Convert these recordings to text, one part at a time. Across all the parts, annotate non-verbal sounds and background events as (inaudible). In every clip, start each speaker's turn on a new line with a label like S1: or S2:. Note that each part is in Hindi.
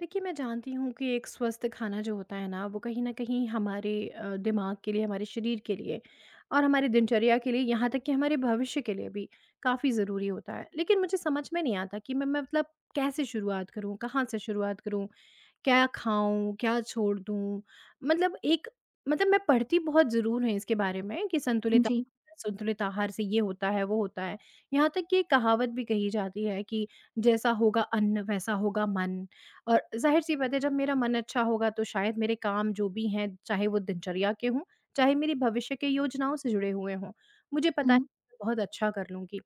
S1: देखिए, मैं जानती हूँ कि एक स्वस्थ खाना जो होता है ना, वो कहीं न कहीं हमारे दिमाग के लिए, हमारे शरीर के लिए और हमारी दिनचर्या के लिए, यहाँ तक कि हमारे भविष्य के लिए भी काफ़ी ज़रूरी होता है। लेकिन मुझे समझ में नहीं आता कि मैं मतलब कैसे शुरुआत करूँ, कहाँ से शुरुआत करूँ? क्या खाऊँ, क्या छोड़ दूँ? मतलब एक मतलब मैं पढ़ती बहुत ज़रूर हूँ इसके बारे में कि
S2: जी।
S1: संतुलित आहार से ये होता है, वो होता है। यहाँ तक कि एक कहावत भी कही जाती है कि जैसा होगा अन्न, वैसा होगा मन। और ज़ाहिर-सी बात है जब मेरा मन अच्छा होगा तो शायद मेरे काम जो भी हैं, चाहे वो दिनचर्या के हों, चाहे मेरी भविष्य की योजनाओं से जुड़े हुए हों, मुझे पता है
S2: हुँ,
S1: मैं बहुत अच्छा कर लूँगी।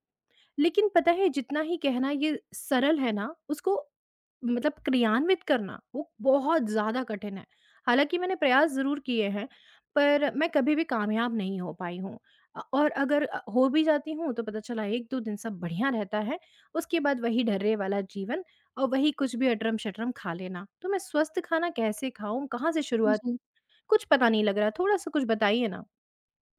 S1: लेकिन पता है जितना ही कहना ये सरल है ना, उसको मतलब क्रियान्वित करना वो बहुत ज़्यादा कठिन है। हालाँकि मैंने प्रयास ज़रूर किए हैं, पर मैं कभी भी कामयाब नहीं हो पाई हूँ। और अगर हो भी जाती हूँ तो पता चला 1-2 दिन सब बढ़िया रहता है, उसके बाद वही ढर्रे वाला जीवन और वही कुछ भी अटरम-शटरम खा लेना। तो मैं स्वस्थ खाना कैसे खाऊँ? कहाँ से शुरुआत?
S2: जी।
S1: कुछ पता नहीं लग रहा, थोड़ा-सा कुछ बताइए ना।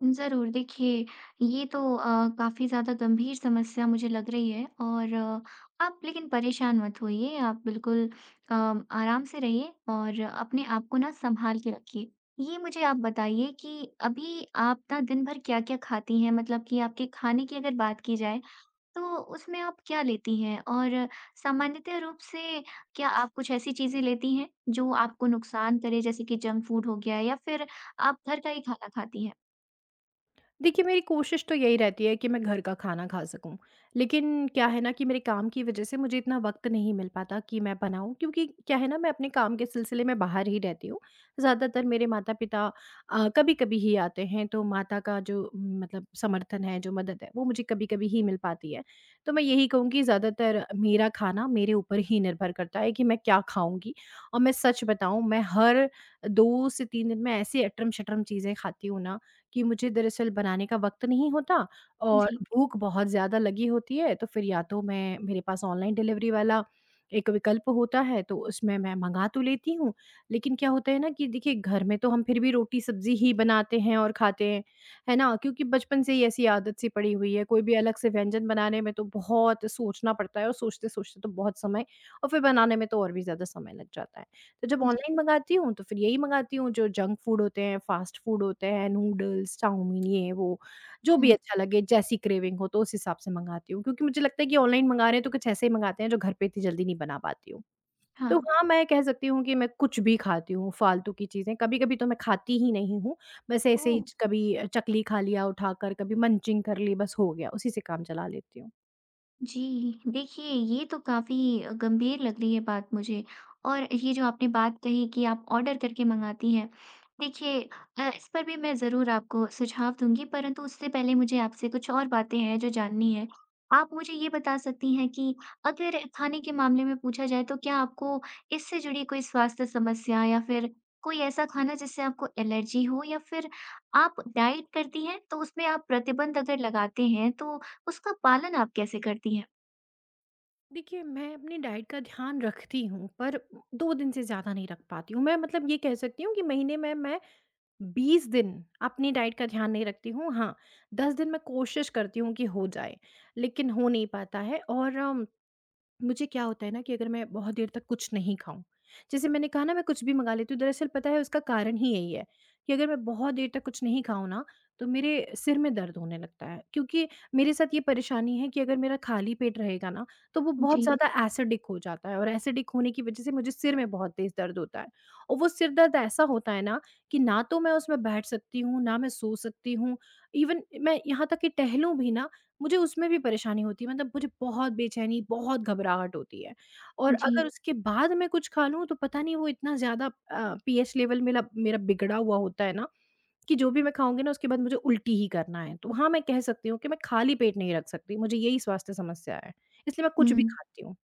S2: ज़रूर, देखिए, ये तो काफ़ी ज़्यादा गंभीर समस्या मुझे लग रही है। और आप लेकिन परेशान मत होइए। आप बिल्कुल आराम से रहिए और अपने आप को ना सँभाल के रखिए। ये मुझे आप बताइए कि अभी आप ना दिन भर क्या-क्या खाती हैं? मतलब कि आपके खाने की अगर बात की जाए तो उसमें आप क्या लेती हैं? और सामान्यतः रूप से क्या आप कुछ ऐसी चीज़ें लेती हैं जो आपको नुकसान करे, जैसे कि जंक फूड हो गया या फिर आप घर का ही खाना खाती हैं?
S1: देखिए, मेरी कोशिश तो यही रहती है कि मैं घर का खाना खा सकूँ। लेकिन क्या है ना कि मेरे काम की वज़ह से मुझे इतना वक़्त नहीं मिल पाता कि मैं बनाऊँ, क्योंकि क्या है ना, मैं अपने काम के सिलसिले में बाहर ही रहती हूँ। ज़्यादातर मेरे माता-पिता कभी-कभी ही आते हैं, तो माता का जो मतलब समर्थन है, जो मदद है, वो मुझे कभी-कभी ही मिल पाती है। तो मैं यही कहूँगी, ज़्यादातर मेरा खाना मेरे ऊपर ही निर्भर करता है कि मैं क्या खाऊँगी? और मैं सच बताऊँ, मैं हर 2 से 3 दिन में ऐसी अटरम-शटरम चीज़ें खाती हूँ ना, कि मुझे दरअसल बनाने का वक़्त नहीं होता और
S2: जी,
S1: भूख बहुत ज़्यादा लगी होती है, तो फिर या तो मैं, मेरे पास ऑनलाइन डिलीवरी वाला एक विकल्प होता है, तो उसमें मैं मँगा तो लेती हूँ, लेकिन क्या होता है ना कि देखिए, घर में तो हम फिर भी रोटी-सब्ज़ी ही बनाते हैं और खाते हैं, है ना? क्योंकि बचपन से ही ऐसी आदत सी पड़ी हुई है, कोई भी अलग से व्यंजन बनाने में तो बहुत सोचना पड़ता है और सोचते-सोचते तो बहुत समय और फिर बनाने में तो और भी ज़्यादा समय लग जाता है। तो जब
S2: जी।
S1: ऑनलाइन मँगाती हूँ तो फिर यही मँगाती हूँ, जो जंक फूड होते हैं, फास्ट फूड होते हैं, नूडल्स, चाउमीन, ये वो, जो भी
S2: हुँ,
S1: अच्छा लगे, जैसी क्रेविंग हो तो उस हिसाब से मँगाती हूँ, क्योंकि मुझे लगता है कि ऑनलाइन मँगा रहे हैं तो कुछ ऐसे ही मँगाते हैं जो घर पे इतनी जल्दी नहीं बना पाती हूँ।
S2: हाँ।
S1: तो हाँ, मैं कह सकती हूँ कि मैं कुछ भी खाती हूँ फालतू की चीज़ें, कभी-कभी तो मैं खाती ही नहीं हूँ, बस ऐसे
S2: ओह!
S1: ही कभी चकली खा लिया उठाकर, कभी मंचिंग कर ली, बस हो गया, उसी से काम चला लेती हूँ।
S2: जी, देखिए, ये तो काफ़ी गंभीर लग रही है बात मुझे, और ये जो आपने बात कही कि आप ऑर्डर करके मँगाती हैं। देखिए, इस पर भी मैं ज़रूर आपको सुझाव दूँगी, परंतु उससे पहले मुझे आपसे कुछ और बातें हैं जो जाननी है। आप मुझे ये बता सकती हैं कि अगर खाने के मामले में पूछा जाए, तो क्या आपको इससे जुड़ी कोई स्वास्थ्य समस्या या फिर कोई ऐसा खाना जिससे आपको एलर्जी हो, या फिर आप डाइट करती हैं, तो उसमें आप प्रतिबंध अगर लगाते हैं, तो उसका पालन आप कैसे करती हैं?
S1: देखिए, मैं अपनी डाइट का ध्यान रखती हूँ, पर 2 दिन से ज़्यादा नहीं रख पाती हूँ। मैं मतलब ये कह सकती हूँ कि महीने में मैं 20 दिन अपनी डाइट का ध्यान नहीं रखती हूँ। हाँ, 10 दिन मैं कोशिश करती हूँ कि हो जाए, लेकिन हो नहीं पाता है। और मुझे क्या होता है ना कि अगर मैं बहुत देर तक कुछ नहीं खाऊँ, जैसे मैंने कहा ना, मैं कुछ भी मंगा लेती हूँ, दरअसल पता है उसका कारण ही यही है कि अगर मैं बहुत देर तक कुछ नहीं खाऊँ ना, तो मेरे सिर में दर्द होने लगता है, क्योंकि मेरे साथ ये परेशानी है कि अगर मेरा खाली पेट रहेगा ना, तो वो बहुत
S2: जी,
S1: ज़्यादा एसिडिक हो जाता है और एसिडिक होने की वजह से मुझे सिर में बहुत तेज़ दर्द होता है। और वो सिर दर्द ऐसा होता है ना, कि ना तो मैं उसमें बैठ सकती हूँ, ना मैं सो सकती हूँ, इवन मैं यहाँ तक कि टहलूँ भी ना, मुझे उसमें भी परेशानी होती है, मतलब मुझे बहुत बेचैनी, बहुत घबराहट होती है। और
S2: जी।
S1: अगर उसके बाद मैं कुछ खा लूँ तो पता नहीं, वो इतना ज़्यादा पीएच लेवल मेला मेरा बिगड़ा हुआ होता है ना कि जो भी मैं खाऊँगी ना, उसके बाद मुझे उल्टी ही करना है। तो हाँ, मैं कह सकती हूँ कि मैं खाली पेट नहीं रख सकती, मुझे यही स्वास्थ्य समस्या है, इसलिए मैं कुछ भी
S2: हुँ।
S1: खाती हूँ।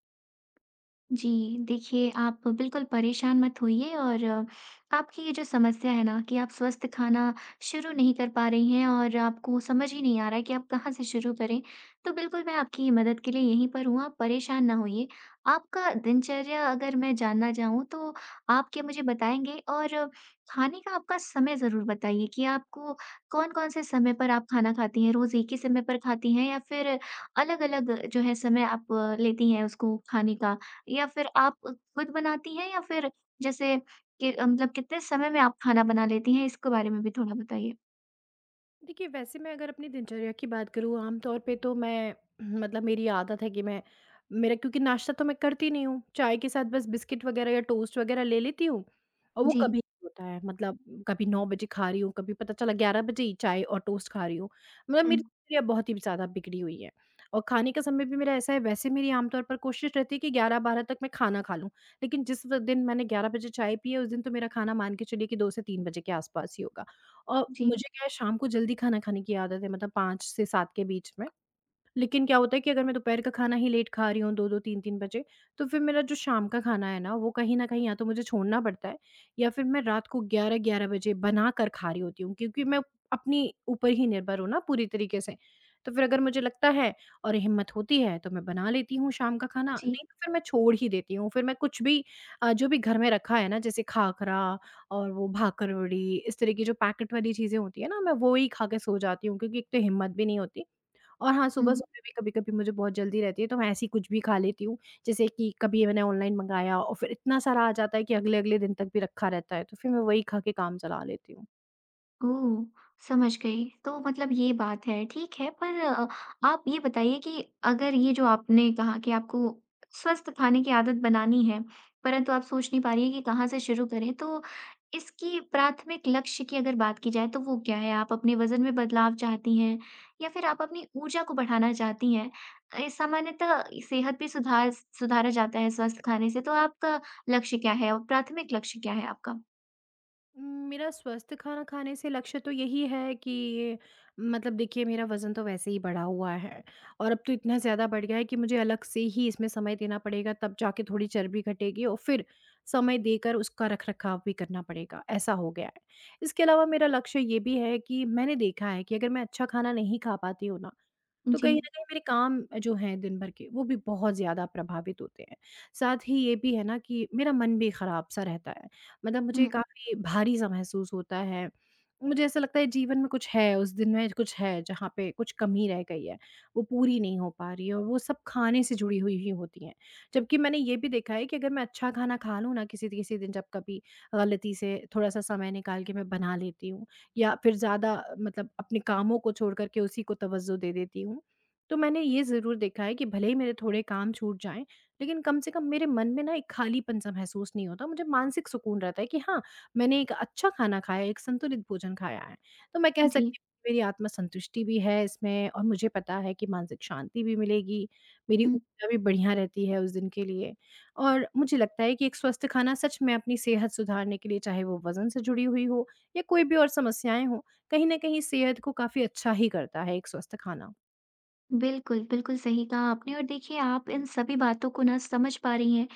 S2: जी, देखिए, आप बिल्कुल परेशान मत होइए, और आपकी ये जो समस्या है ना कि आप स्वस्थ खाना शुरू नहीं कर पा रही हैं और आपको समझ ही नहीं आ रहा है कि आप कहाँ से शुरू करें। तो बिल्कुल मैं आपकी मदद के लिए यहीं पर हूँ, आप परेशान ना होइए। आपका दिनचर्या अगर मैं जानना चाहूँ तो आप क्या मुझे बताएँगे? और खाने का आपका समय ज़रूर बताइए कि आपको कौन-कौन से समय पर आप खाना खाती हैं? रोज़ एक ही समय पर खाती हैं या फिर अलग-अलग जो है समय आप लेती हैं उसको खाने का? या फिर आप खुद बनाती हैं या फिर जैसे कि मतलब कितने समय में आप खाना बना लेती हैं? इसके बारे में भी थोड़ा बताइए?
S1: देखिए, वैसे मैं अगर अपनी दिनचर्या की बात करूँ, आमतौर पे तो मैं (clears throat) मतलब मेरी आदत है कि मैं मेरा, क्योंकि नाश्ता तो मैं करती नहीं हूँ, चाय के साथ बस बिस्किट वग़ैरह या टोस्ट वग़ैरह ले लेती हूँ, और वो
S2: जी।
S1: कभी होता है, मतलब कभी 9 बजे खा रही हूँ, कभी पता चला 11 बजे ही चाय और टोस्ट खा रही हूँ। मतलब
S2: हुँ।
S1: मेरी दिनचर्या बहुत ही ज़्यादा बिगड़ी हुई है, और खाने का समय भी मेरा ऐसा है, वैसे मेरी आमतौर पर कोशिश रहती है कि 11-12 तक मैं खाना खा लूँ, लेकिन जिस व दिन मैंने 11 बजे चाय पी है, उस दिन तो मेरा खाना मान के चलिए कि 2 से 3 बजे के आस-पास ही होगा। और
S2: जी,
S1: मुझे क्या है, शाम को जल्दी खाना खाने की आदत है, मतलब 5 से 7 के बीच में। लेकिन क्या होता है कि अगर मैं दोपहर का खाना ही लेट खा रही हूँ, 2-2 3-3 बजे, तो फिर मेरा जो शाम का खाना है ना, वो कहीं न कहीं या तो मुझे छोड़ना पड़ता है, या फिर मैं रात को 11-11 बजे बना कर खा रही होती हूँ, क्योंकि मैं अपने ऊपर ही निर्भर हूँ ना पूरी तरीके से। तो फिर अगर मुझे लगता है और हिम्मत होती है तो मैं बना लेती हूँ शाम का खाना,
S2: जी।
S1: नहीं तो फिर मैं छोड़ ही देती हूँ। फिर मैं कुछ भी जो भी घर में रखा है ना, जैसे खाखरा और वो भाकरवड़ी इस तरह की जो पैकेट वाली चीज़ें होती है ना, मैं वो ही खा के सो जाती हूँ, क्योंकि एक तो हिम्मत भी नहीं होती। और हाँ,
S2: हुँ, हुँ।
S1: सुबह-सुबह भी कभी-कभी मुझे बहुत जल्दी रहती है, तो मैं ऐसी कुछ भी खा लेती हूँ। जैसे कि कभी मैंने ऑनलाइन मँगाया और फिर इतना सारा आ जाता है कि अगले-अगले दिन तक भी रखा रहता है, तो फिर मैं वही खा के काम चला लेती हूँ।
S2: ओह! समझ गई। तो मतलब ये बात है, ठीक है। पर आप ये बताइए कि अगर ये जो आपने कहा कि आपको स्वस्थ खाने की आदत बनानी है, परंतु आप सोच नहीं पा रही हैं कि कहाँ से शुरू करें, तो इसकी प्राथमिक लक्ष्य की अगर बात की जाए, तो वो क्या है? आप अपने वज़न में बदलाव चाहती हैं या फिर आप अपनी ऊर्जा को बढ़ाना चाहती हैं? सामान्यतः सेहत भी सुधारा जाता है स्वस्थ खाने से, तो आपका लक्ष्य क्या है और प्राथमिक लक्ष्य क्या है आपका?
S1: उम, मेरा स्वस्थ खाना खाने से लक्ष्य तो यही है कि, मतलब देखिए, मेरा वज़न तो वैसे ही बढ़ा हुआ है और अब तो इतना ज़्यादा बढ़ गया है कि मुझे अलग से ही इसमें समय देना पड़ेगा, तब जाके थोड़ी चर्बी घटेगी और फिर समय देकर उसका रख-रखाव भी करना पड़ेगा, ऐसा हो गया है। इसके अलावा मेरा लक्ष्य ये भी है कि मैंने देखा है कि अगर मैं अच्छा खाना नहीं खा पाती हूँ ना, तो
S2: जी।
S1: कहीं न कहीं मेरे काम जो हैं दिन भर के, वो भी बहुत ज़्यादा प्रभावित होते हैं। साथ ही ये भी है ना कि मेरा मन भी खराब-सा रहता है। मतलब मुझे
S2: हुँ,
S1: काफ़ी भारी-सा महसूस होता है। मुझे ऐसा लगता है जीवन में कुछ है, उस दिन में कुछ है, जहाँ पे कुछ कमी रह गई है, वो पूरी नहीं हो पा रही है, और वो सब खाने से जुड़ी हुई ही होती हैं। जबकि मैंने ये भी देखा है कि अगर मैं अच्छा खाना खा लूँ ना, किसी किसी दिन जब कभी गलती से थोड़ा-सा समय निकाल के मैं बना लेती हूँ, या फिर ज़्यादा मतलब अपने कामों को छोड़ कर के उसी को तवज्जो दे देती हूँ, तो मैंने ये ज़रूर देखा है कि भले ही मेरे थोड़े काम छूट जाएँ, लेकिन कम से कम मेरे मन में ना एक खालीपन-सा महसूस नहीं होता, मुझे मानसिक सुकून रहता है कि हाँ, मैंने एक अच्छा खाना खाया है, एक संतुलित भोजन खाया है। तो मैं कह
S2: जी।
S1: सकती हूँ कि मेरी आत्मसंतुष्टि भी है इसमें, और मुझे पता है कि मानसिक शांति भी मिलेगी, मेरी
S2: हुँ।
S1: ऊर्जा भी बढ़िया रहती है उस दिन के लिए। और मुझे लगता है कि एक स्वस्थ खाना सच में अपनी सेहत सुधारने के लिए, चाहे वो वज़न से जुड़ी हुई हो या कोई भी और समस्याएँ हों, कहीं न कहीं सेहत को काफ़ी अच्छा ही करता है एक स्वस्थ खाना।
S2: बिल्कुल, बिल्कुल सही कहा आपने। और देखिए, आप इन सभी बातों को ना समझ पा रही हैं,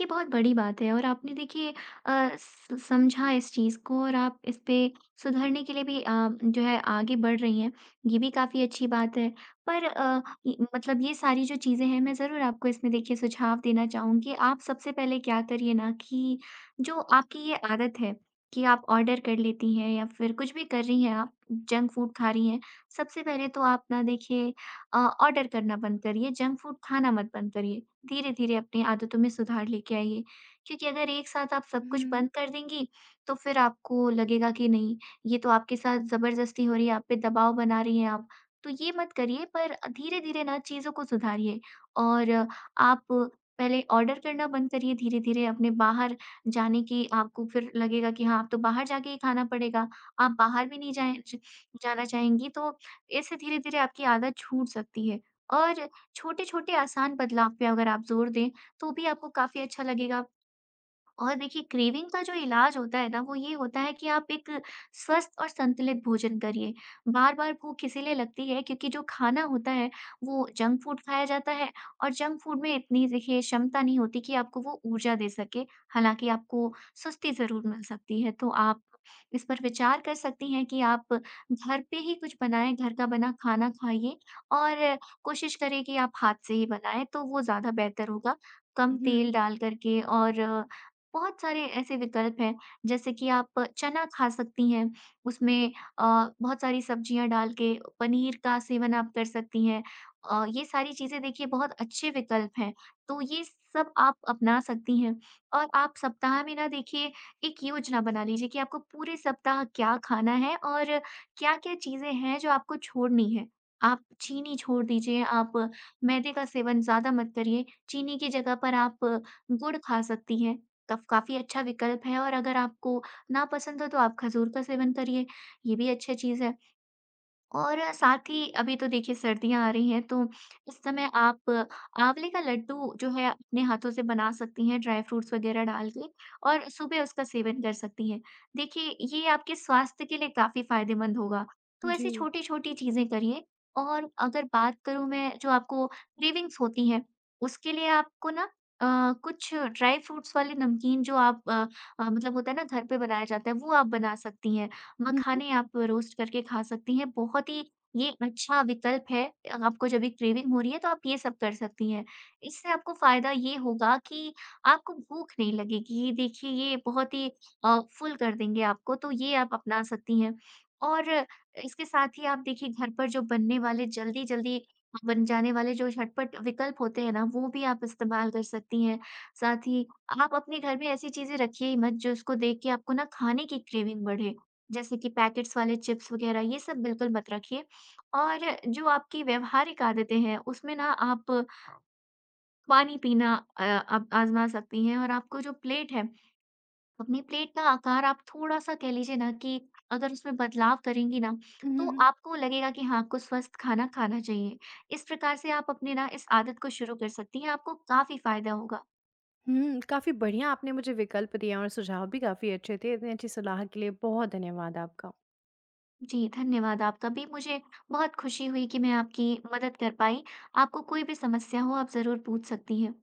S2: ये बहुत बड़ी बात है। और आपने देखिए, स समझा इस चीज़ को और आप इस पे सुधरने के लिए भी जो है आगे बढ़ रही हैं, ये भी काफ़ी अच्छी बात है। पर इ मतलब ये सारी जो चीज़ें हैं, मैं ज़रूर आपको इसमें देखिए सुझाव देना चाहूँगी। आप सबसे पहले क्या करिए ना कि जो आपकी ये आदत है कि आप ऑर्डर कर लेती हैं या फिर कुछ भी कर रही हैं आप, जंक फूड खा रही हैं, सबसे पहले तो आप ना देखिए, अ, ऑर्डर करना बंद करिए, जंक फूड खाना मत बंद करिए। धीरे-धीरे अपनी आदतों में सुधार लेके आइए, क्योंकि अगर एक साथ आप सब कुछ
S1: हुँ।
S2: बंद कर देंगी, तो फिर आपको लगेगा कि नहीं, ये तो आपके साथ ज़बरदस्ती हो रही है, आप पे दबाव बना रही हैं आप। तो ये मत करिए, पर धीरे-धीरे ना चीज़ों को सुधारिए, और आप पहले ऑर्डर करना बंद करिए धीरे-धीरे, अपने बाहर जाने की आपको फिर लगेगा कि हाँ, अब तो बाहर जाके ही खाना पड़ेगा। आप बाहर भी नहीं जाएँ, ज जाना चाहेंगी, तो इससे धीरे-धीरे आपकी आदत छूट सकती है, और छोटे-छोटे आसान बदलाव पे अगर आप ज़ोर दें, तो भी आपको काफ़ी अच्छा लगेगा। और देखिए, क्रेविंग का जो इलाज होता है ना, वो ये होता है कि आप एक स्वस्थ और संतुलित भोजन करिए। बार-बार भूख इसीलिए लगती है क्योंकि जो खाना होता है वो जंक फूड खाया जाता है, और जंक फूड में इतनी देखिए क्षमता नहीं होती कि आपको वो ऊर्जा दे सके। हालाँकि आपको सुस्ती ज़रूर मिल सकती है, तो आप इस पर विचार कर सकती हैं कि आप घर पे ही कुछ बनाएँ, घर का बना खाना खाइए, और कोशिश करें कि आप हाथ से ही बनाएँ, तो वो ज़्यादा बेहतर होगा। कम
S1: हुँ,
S2: तेल डाल कर के, और बहुत सारे ऐसे विकल्प हैं, जैसे कि आप चना खा सकती हैं, उसमें अ, बहुत सारी सब्जियाँ डाल के पनीर का सेवन आप कर सकती हैं। ये सारी चीज़ें देखिए बहुत अच्छे विकल्प हैं, तो ये सब आप अपना सकती हैं। और आप सप्ताह में ना देखिए, एक योजना बना लीजिए कि आपको पूरे सप्ताह क्या खाना है और क्या-क्या चीज़ें हैं जो आपको छोड़नी हैं। आप चीनी छोड़ दीजिए, आप मैदे का सेवन ज़्यादा मत करिए, चीनी की जगह पर आप गुड़ खा सकती हैं। कफ काफ़ी अच्छा विकल्प है, और अगर आपको नापसंद हो तो आप खजूर का सेवन करिए, ये भी अच्छी चीज़ है। और साथ ही अभी तो देखिए सर्दियाँ आ रही हैं, तो इस समय आप आंवले का लड्डू जो है अपने हाथों से बना सकती हैं, ड्राई फ्रूट्स वगैरह डाल के, और सुबह उसका सेवन कर सकती हैं। देखिए, ये आपके स्वास्थ्य के लिए काफ़ी फ़ायदेमंद होगा। तो
S1: जी।
S2: ऐसी छोटी-छोटी चीज़ें करिए। और अगर बात करूँ मैं जो आपको क्रेविंग्स होती हैं, उसके लिए आपको ना कुछ ड्राई फ्रूट्स वाले नमकीन जो आप मतलब होता है ना, घर पे बनाया जाता है वो आप बना सकती हैं।
S1: हुँ,
S2: मखाने आप रोस्ट करके खा सकती हैं। बहुत ही ये अच्छा विकल्प है। आपको जब भी क्रेविंग हो रही है तो आप ये सब कर सकती हैं। इससे आपको फ़ायदा ये होगा कि आपको भूख नहीं लगेगी। ये देखिए, ये बहुत ही फ़ुल कर देंगे आपको, तो ये आप अपना सकती हैं। और इसके साथ ही आप देखिए, घर पर जो बनने वाले जल्दी-जल्दी बन जाने वाले जो झटपट विकल्प होते हैं ना, वो भी आप इस्तेमाल कर सकती हैं। साथ ही आप अपने घर में ऐसी चीज़ें रखिए ही मत जो उसको देख के आपको ना खाने की क्रेविंग बढ़े। जैसे कि पैकेट्स वाले चिप्स वगैरह, ये सब बिल्कुल मत रखिए। और जो आपकी व्यावहारिक आदतें हैं उसमें ना, आप पानी पीना आप आज़मा सकती हैं, और आपको जो प्लेट है, अपनी प्लेट का आकार आप थोड़ा-सा कह लीजिए ना कि अगर उसमें बदलाव करेंगी ना,
S1: हुँ, हुँ,
S2: तो
S1: हुँ।
S2: आपको लगेगा कि हाँ, आपको स्वस्थ खाना खाना चाहिए। इस प्रकार से आप अपने ना इस आदत को शुरू कर सकती हैं, आपको काफ़ी फ़ायदा होगा।
S1: हुँ, काफ़ी बढ़िया आपने मुझे विकल्प दिए और सुझाव भी काफ़ी अच्छे थे। इतनी अच्छी सलाह के लिए बहुत धन्यवाद आपका।
S2: जी, धन्यवाद आपका भी। मुझे बहुत खुशी हुई कि मैं आपकी मदद कर पाई। आपको कोई भी समस्या हो आप ज़रूर पूछ सकती हैं।